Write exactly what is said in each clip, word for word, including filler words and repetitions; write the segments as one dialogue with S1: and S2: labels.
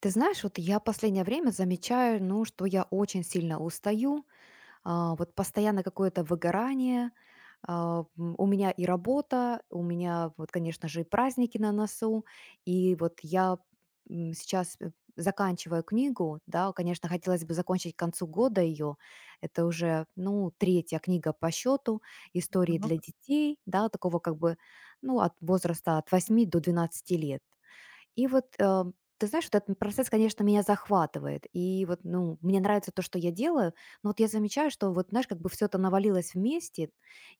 S1: Ты знаешь, вот я последнее время замечаю, ну, что я очень сильно устаю, а, вот постоянно какое-то выгорание. а, м, У меня и работа, у меня вот, конечно же, и праздники на носу, и вот я м, сейчас э, заканчиваю книгу, да, конечно, хотелось бы закончить к концу года ее. Это уже, ну, третья книга по счету, истории
S2: Так,
S1: для детей, да, такого как бы, ну, от возраста от восьми до двенадцати лет. И вот, э, ты знаешь, вот этот процесс, конечно, меня захватывает. И вот, ну, мне нравится то, что я делаю, но вот я замечаю, что вот, знаешь, как бы все это навалилось вместе,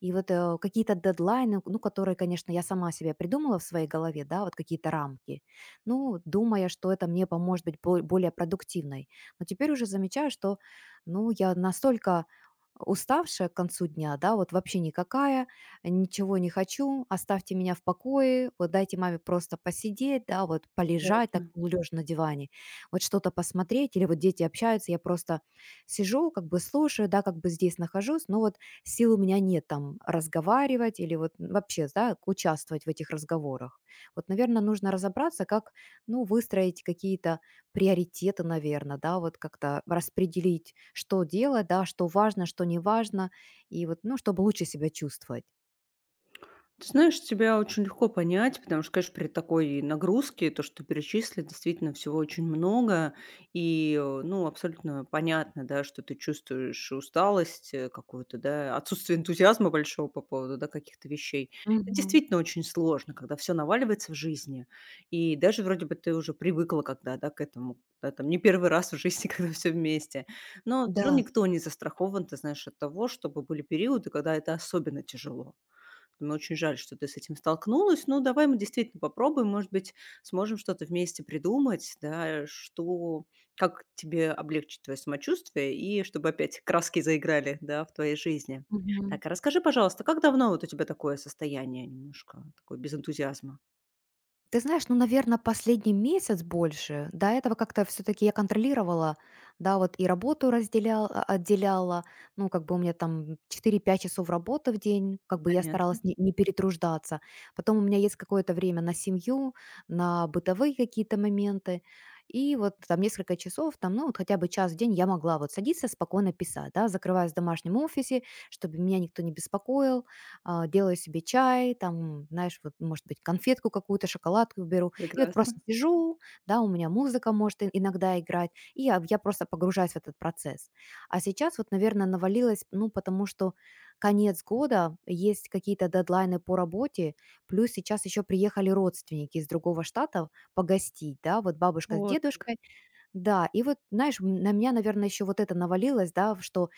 S1: и вот, э, какие-то дедлайны, ну, которые, конечно, я сама себе придумала в своей голове, да, вот какие-то рамки, ну, думая, что это мне поможет быть бо более продуктивной. Но теперь уже замечаю, что, ну, я настолько уставшая к концу дня, да, вот вообще никакая, ничего не хочу, оставьте меня в покое, вот дайте маме просто посидеть, да, вот полежать так
S2: ясно.
S1: полулежа на диване, вот что-то посмотреть, или вот дети общаются, я просто сижу, как бы слушаю, да, как бы здесь нахожусь, но вот сил у меня нет там разговаривать или вот вообще, да, участвовать в этих разговорах. Вот, наверное, нужно разобраться, как, ну, выстроить какие-то приоритеты, наверное, да, вот как-то распределить, что делать, да, что важно, что не важно, и вот, ну, чтобы лучше себя чувствовать.
S2: Ты знаешь, тебя очень легко понять, потому что, конечно, при такой нагрузке то, что ты перечислил, действительно всего очень много. И, э, ну, абсолютно понятно, да, что ты чувствуешь усталость э, какую-то, да, отсутствие энтузиазма большого по поводу, да, каких-то вещей. Это
S1: Мгм.
S2: действительно очень сложно, когда все наваливается в жизни. И даже вроде бы ты уже привыкла когда, да, к этому, да, там, не первый раз в жизни, когда все вместе. Но все
S1: Да.
S2: равно никто не застрахован, ты знаешь, от того, чтобы были периоды, когда это особенно тяжело. Мне очень жаль, что ты с этим столкнулась. Ну, давай мы действительно попробуем, может быть, сможем что-то вместе придумать, да, что, как тебе облегчить твое самочувствие и чтобы опять краски заиграли, да, в твоей жизни.
S1: Мгм.
S2: Так, а расскажи, пожалуйста, как давно вот у тебя такое состояние немножко, такое без энтузиазма?
S1: Ты знаешь, ну, наверное, последний месяц больше. До этого как-то все таки я контролировала, да, вот и работу разделяла, отделяла. Ну, как бы у меня там четыре-пять часов работы в день, как бы я старалась
S2: Понятно,
S1: не не перетруждаться. Потом у меня есть какое-то время на семью, на бытовые какие-то моменты. И вот там несколько часов, там, ну, вот хотя бы час в день я могла вот садиться спокойно писать, да, закрываясь в домашнем офисе, чтобы меня никто не беспокоил. А, делаю себе чай, там, знаешь, вот, может быть, конфетку какую-то, шоколадку беру, и вот
S2: прекрасно.
S1: просто сижу, да, у меня музыка может и- иногда играть, и я, я просто погружаюсь в этот процесс. А сейчас вот, наверное, навалилось, ну, потому что конец года, есть какие-то дедлайны по работе, плюс сейчас еще приехали родственники из другого штата погостить, да, вот бабушка с
S2: Вот как.
S1: дедушкой, да, и вот, знаешь, м, на меня, наверное, еще вот это навалилось, да, в что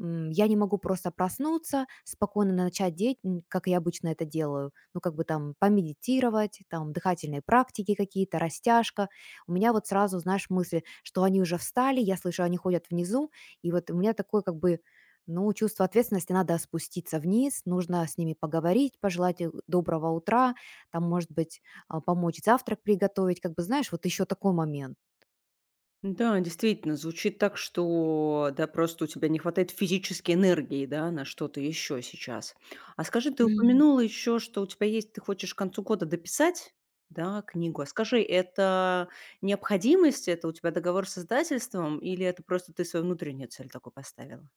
S1: м, я не могу просто проснуться, спокойно начать деть, м, как я обычно это делаю. Ну, как бы там помедитировать, там дыхательные практики какие-то, растяжка. У меня вот сразу, знаешь, мысли, что они уже встали, я слышу, они ходят внизу, и вот у меня такое как бы ну, чувство ответственности, надо спуститься вниз, нужно с ними поговорить, пожелать им доброго утра, там, может быть, а, помочь завтрак приготовить, как бы, знаешь, вот еще такой момент.
S2: Да, действительно, звучит так, что да, просто у тебя не хватает физической энергии, да, на что-то еще сейчас. А скажи, ты упомянула еще, что у тебя есть, ты хочешь к концу года дописать, да, книгу. А скажи, это необходимость, это у тебя договор с издательством, или это просто ты свою внутреннюю цель такой поставила?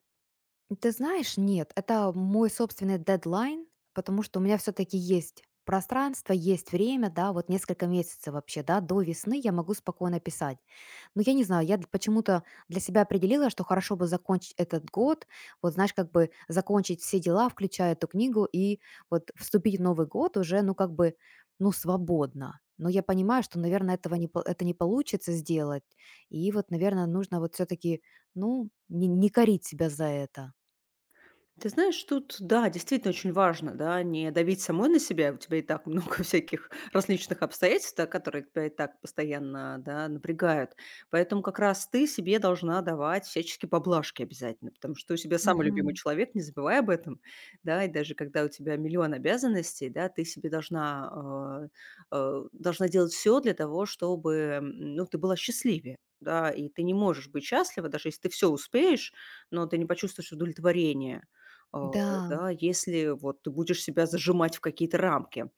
S1: Ты знаешь, нет, это мой собственный дедлайн, потому что у меня все-таки есть пространство, есть время, да, вот несколько месяцев вообще, да, до весны я могу спокойно писать. Но я не знаю, я д- почему-то для себя определила, что хорошо бы закончить этот год, вот знаешь, как бы закончить все дела, включая эту книгу, и вот вступить в Новый год уже, ну, как бы, ну, свободно. Но я понимаю, что, наверное, этого не, по- это не получится сделать. И вот, наверное, нужно вот все-таки, ну, не не корить себя за это.
S2: Ты знаешь, тут, да, действительно очень важно, да, не давить самой на себя. У тебя и так много всяких различных обстоятельств, да, которые тебя и так постоянно, да, напрягают. Поэтому как раз ты себе должна давать всяческие поблажки обязательно, потому что ты у тебя самый любимый
S1: Мгм.
S2: человек, не забывай об этом, да, и даже когда у тебя миллион обязанностей, да, ты себе должна, э, э, должна делать все для того, чтобы, м, ну, ты была счастливее. Да, и ты не можешь быть счастлива, даже если ты все успеешь, но ты не почувствуешь удовлетворения а,
S1: Да,
S2: да, если вот ты будешь себя зажимать в какие-то рамки.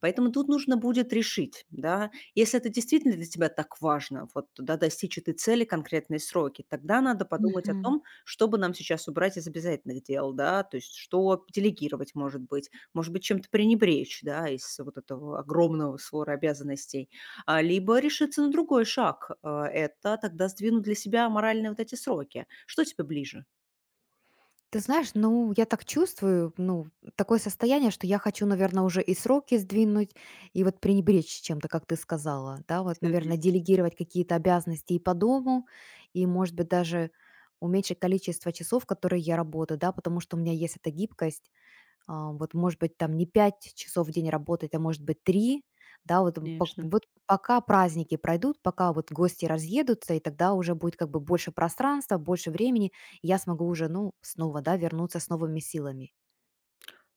S2: Поэтому тут нужно будет решить, да, если это действительно для тебя так важно, вот, да, достичь этой цели конкретные сроки, тогда надо подумать о
S1: мгм.
S2: том, что бы нам сейчас убрать из обязательных дел, да, то есть что делегировать, может быть, может быть, чем-то пренебречь, да, из вот этого огромного свора обязанностей. А, либо решиться на другой шаг, а, это тогда сдвинуть для себя моральные вот эти сроки. Что тебе ближе?
S1: Ты знаешь, ну, я так чувствую, ну, такое состояние, что я хочу, наверное, уже и сроки сдвинуть, и вот пренебречь чем-то, как ты сказала, да, вот,
S2: Все
S1: наверное,
S2: вместе.
S1: делегировать какие-то обязанности и по дому, и, может быть, даже уменьшить количество часов, которые я работаю, да, потому что у меня есть эта гибкость. А, вот, может быть, там не пять часов в день работать, а может быть три, да, вот, м, пок
S2: Конечно.
S1: вот пока праздники пройдут, пока вот гости разъедутся, и тогда уже будет как бы больше пространства, больше времени, и я смогу уже, ну, снова, да, вернуться с новыми силами.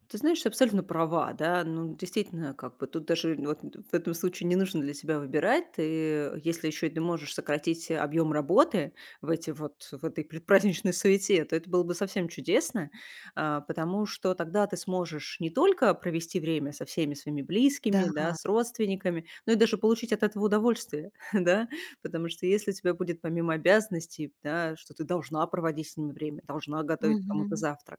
S2: Ты знаешь, ты абсолютно права, да. Ну, действительно, как бы тут даже вот в этом случае не нужно для себя выбирать. Ты, если еще и ты можешь сократить объем работы в эти вот в этой предпраздничной суете, то это было бы совсем чудесно, а, потому что тогда ты сможешь не только провести время со всеми своими
S1: Да,
S2: близкими, да, с родственниками, но и даже получить от этого удовольствие, да, потому что если у тебя будет помимо обязанностей, да, что ты должна проводить с ними время, должна готовить кому-то
S1: мгм,
S2: завтрак,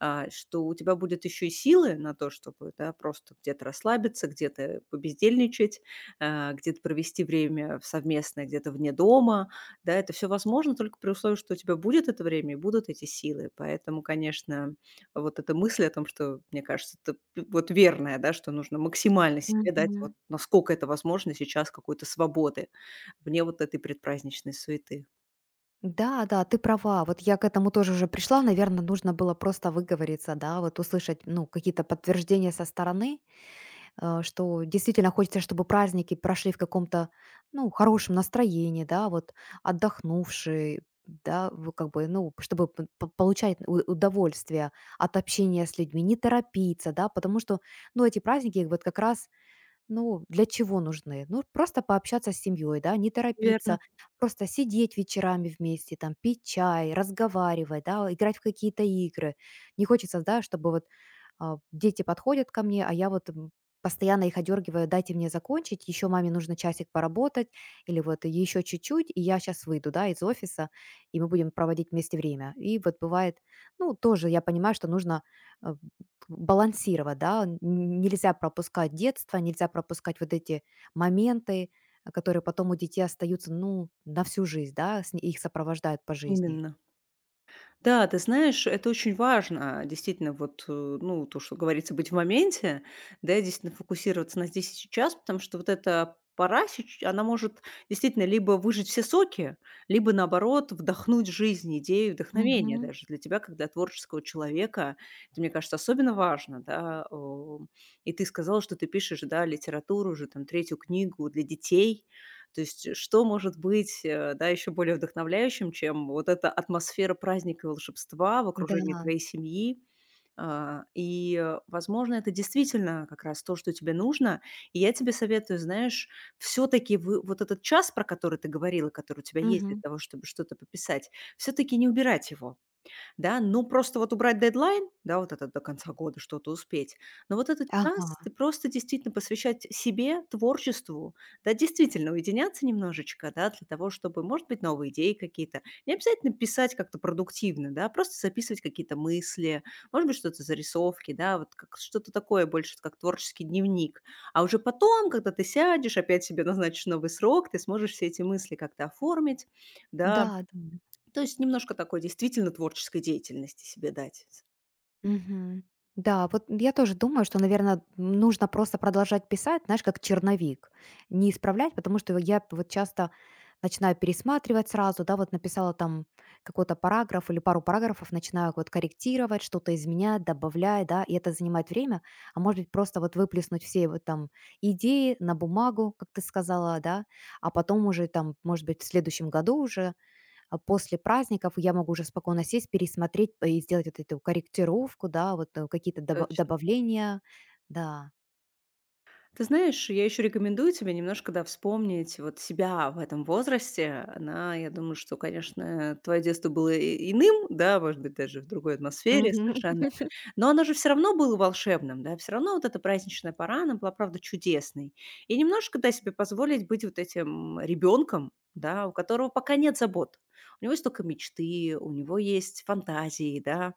S2: а, что у тебя будет еще и силы на то, чтобы, да, просто где-то расслабиться, где-то побездельничать, а, где-то провести время совместное, где-то вне дома. Да, это все возможно только при условии, что у тебя будет это время и будут эти силы. Поэтому, конечно, вот эта мысль о том, что, мне кажется, это вот верная, да, что нужно максимально себе дать, вот
S1: мгм.
S2: насколько это возможно сейчас какой-то свободы вне вот этой предпраздничной суеты.
S1: Да, да, ты права. Вот я к этому тоже уже пришла. Наверное, нужно было просто выговориться, да, вот услышать, ну, какие-то подтверждения со стороны, э, что действительно хочется, чтобы праздники прошли в каком-то, ну, хорошем настроении, да, вот отдохнувшие, да, вы как бы, ну, чтобы п- п- получать у- удовольствие от общения с людьми, не торопиться, да, потому что, ну, эти праздники вот как раз ну, для чего нужны? Ну, просто пообщаться с семьей, да, не торопиться,
S2: Верно,
S1: просто сидеть вечерами вместе, там, пить чай, разговаривать, да, играть в какие-то игры. Не хочется, да, чтобы вот а, дети подходят ко мне, а я вот м, постоянно их одергиваю, дайте мне закончить, еще маме нужно часик поработать, или вот еще чуть-чуть, и я сейчас выйду, да, из офиса, и мы будем проводить вместе время. И вот бывает, ну, тоже я понимаю, что нужно э, балансировать, да, н- нельзя пропускать детство, нельзя пропускать вот эти моменты, а, которые потом у детей остаются, ну, на всю жизнь, да, с- их сопровождают по жизни.
S2: именно. Да, ты знаешь, это очень важно. Действительно, вот, э, ну, то, что говорится, быть в моменте, да, и действительно фокусироваться на здесь и сейчас, потому что вот эта пора, сеч- она может действительно либо выжить все соки, либо, наоборот, вдохнуть жизнь, идею, вдохновение
S1: Мгм.
S2: даже для тебя, как для творческого человека. Это, мне кажется, особенно важно, да. о. И ты сказала, что ты пишешь, да, литературу уже, там, третью книгу для детей, то есть э, что может быть, э, да, еще более вдохновляющим, чем вот эта атмосфера праздника и волшебства в окружении
S1: Да.
S2: твоей семьи? А, И, э, возможно, это действительно как раз то, что тебе нужно. И я тебе советую, знаешь, все-таки вот этот час, про который ты говорила, который у тебя есть для
S1: Мгм.
S2: того, чтобы что-то пописать, все-таки не убирать его да, ну, просто вот убрать дедлайн, да, вот этот до конца года что-то успеть. Но вот этот
S1: Ага.
S2: час ты просто действительно посвящать себе, творчеству, да, действительно уединяться немножечко, да, для того, чтобы, может быть, новые идеи какие-то. Не обязательно писать как-то продуктивно, да, а просто записывать какие-то мысли, может быть, что-то зарисовки, да, вот как что-то такое больше, вот как творческий дневник. А уже потом, когда ты сядешь, опять себе назначишь новый срок, ты сможешь все эти мысли как-то оформить, да,
S1: Да, да.
S2: то есть немножко такой действительно творческой деятельности себе дать.
S1: Мгм. Да, вот я тоже думаю, что, наверное, нужно просто продолжать писать, знаешь, как черновик, не исправлять, потому что я вот часто начинаю пересматривать сразу, да, вот написала там какой-то параграф или пару параграфов, начинаю вот корректировать, что-то изменять, добавлять, да, и это занимает время, а может быть просто вот выплеснуть все вот там идеи на бумагу, как ты сказала, да, а потом уже там, может быть, в следующем году уже а после праздников я могу уже спокойно сесть, пересмотреть э, и сделать вот эту корректировку, да, вот э, какие-то добав
S2: Точно.
S1: добавления, да.
S2: Ты знаешь, я еще рекомендую тебе немножко, да, вспомнить вот себя в этом возрасте. Она, я думаю, что, конечно, твое детство было и- иным, да, может быть, даже в другой атмосфере
S1: Мгм.
S2: совершенно. Но оно же все равно было волшебным, да, все равно вот эта праздничная пора, она была, правда, чудесной. И немножко, да, себе позволить быть вот этим ребенком, да, у которого пока нет забот. У него есть только мечты, у него есть фантазии, да,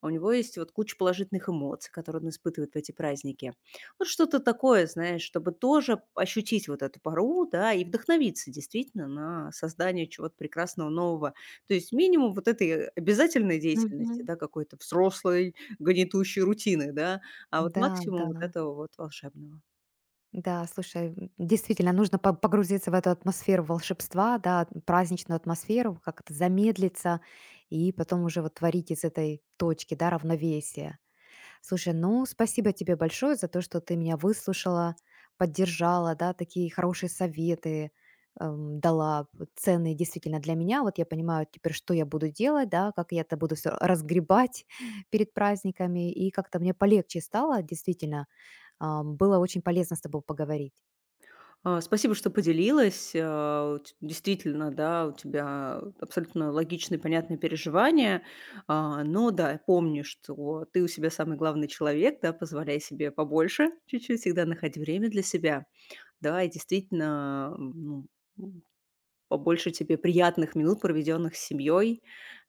S2: а у него есть вот куча положительных эмоций, которые он испытывает в эти праздники. Вот что-то такое, знаешь, чтобы тоже ощутить вот эту пару, да, и вдохновиться действительно на создание чего-то прекрасного, нового. То есть минимум вот этой обязательной деятельности,
S1: Мгм.
S2: да, какой-то взрослой, гнетущей рутины, да, а вот
S1: Да, да.
S2: максимум вот этого вот волшебного.
S1: Да, слушай, м, действительно, нужно по погрузиться в эту атмосферу волшебства, да, праздничную атмосферу, как-то замедлиться и потом уже вот творить из этой точки, да, равновесия. Слушай, ну спасибо тебе большое за то, что ты меня выслушала, поддержала, да, такие хорошие советы эм, дала, вот ценные действительно для меня. Вот я понимаю теперь, что я буду делать, да, как я это буду все разгребать перед праздниками, и как-то мне полегче стало, действительно, Ам, было очень полезно с тобой поговорить.
S2: А, спасибо, что поделилась. А, у ть действительно, да, у тебя абсолютно логичные, понятные переживания. А, но да, помни, что ты у себя самый главный человек, да, позволяй себе побольше чуть-чуть, всегда находи время для себя. Да, и действительно, м, ну, побольше тебе приятных минут, проведенных с семьей,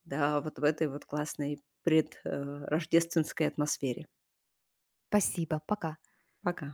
S2: да, вот в этой вот классной предрождественской атмосфере.
S1: Спасибо, пока.
S2: Пока.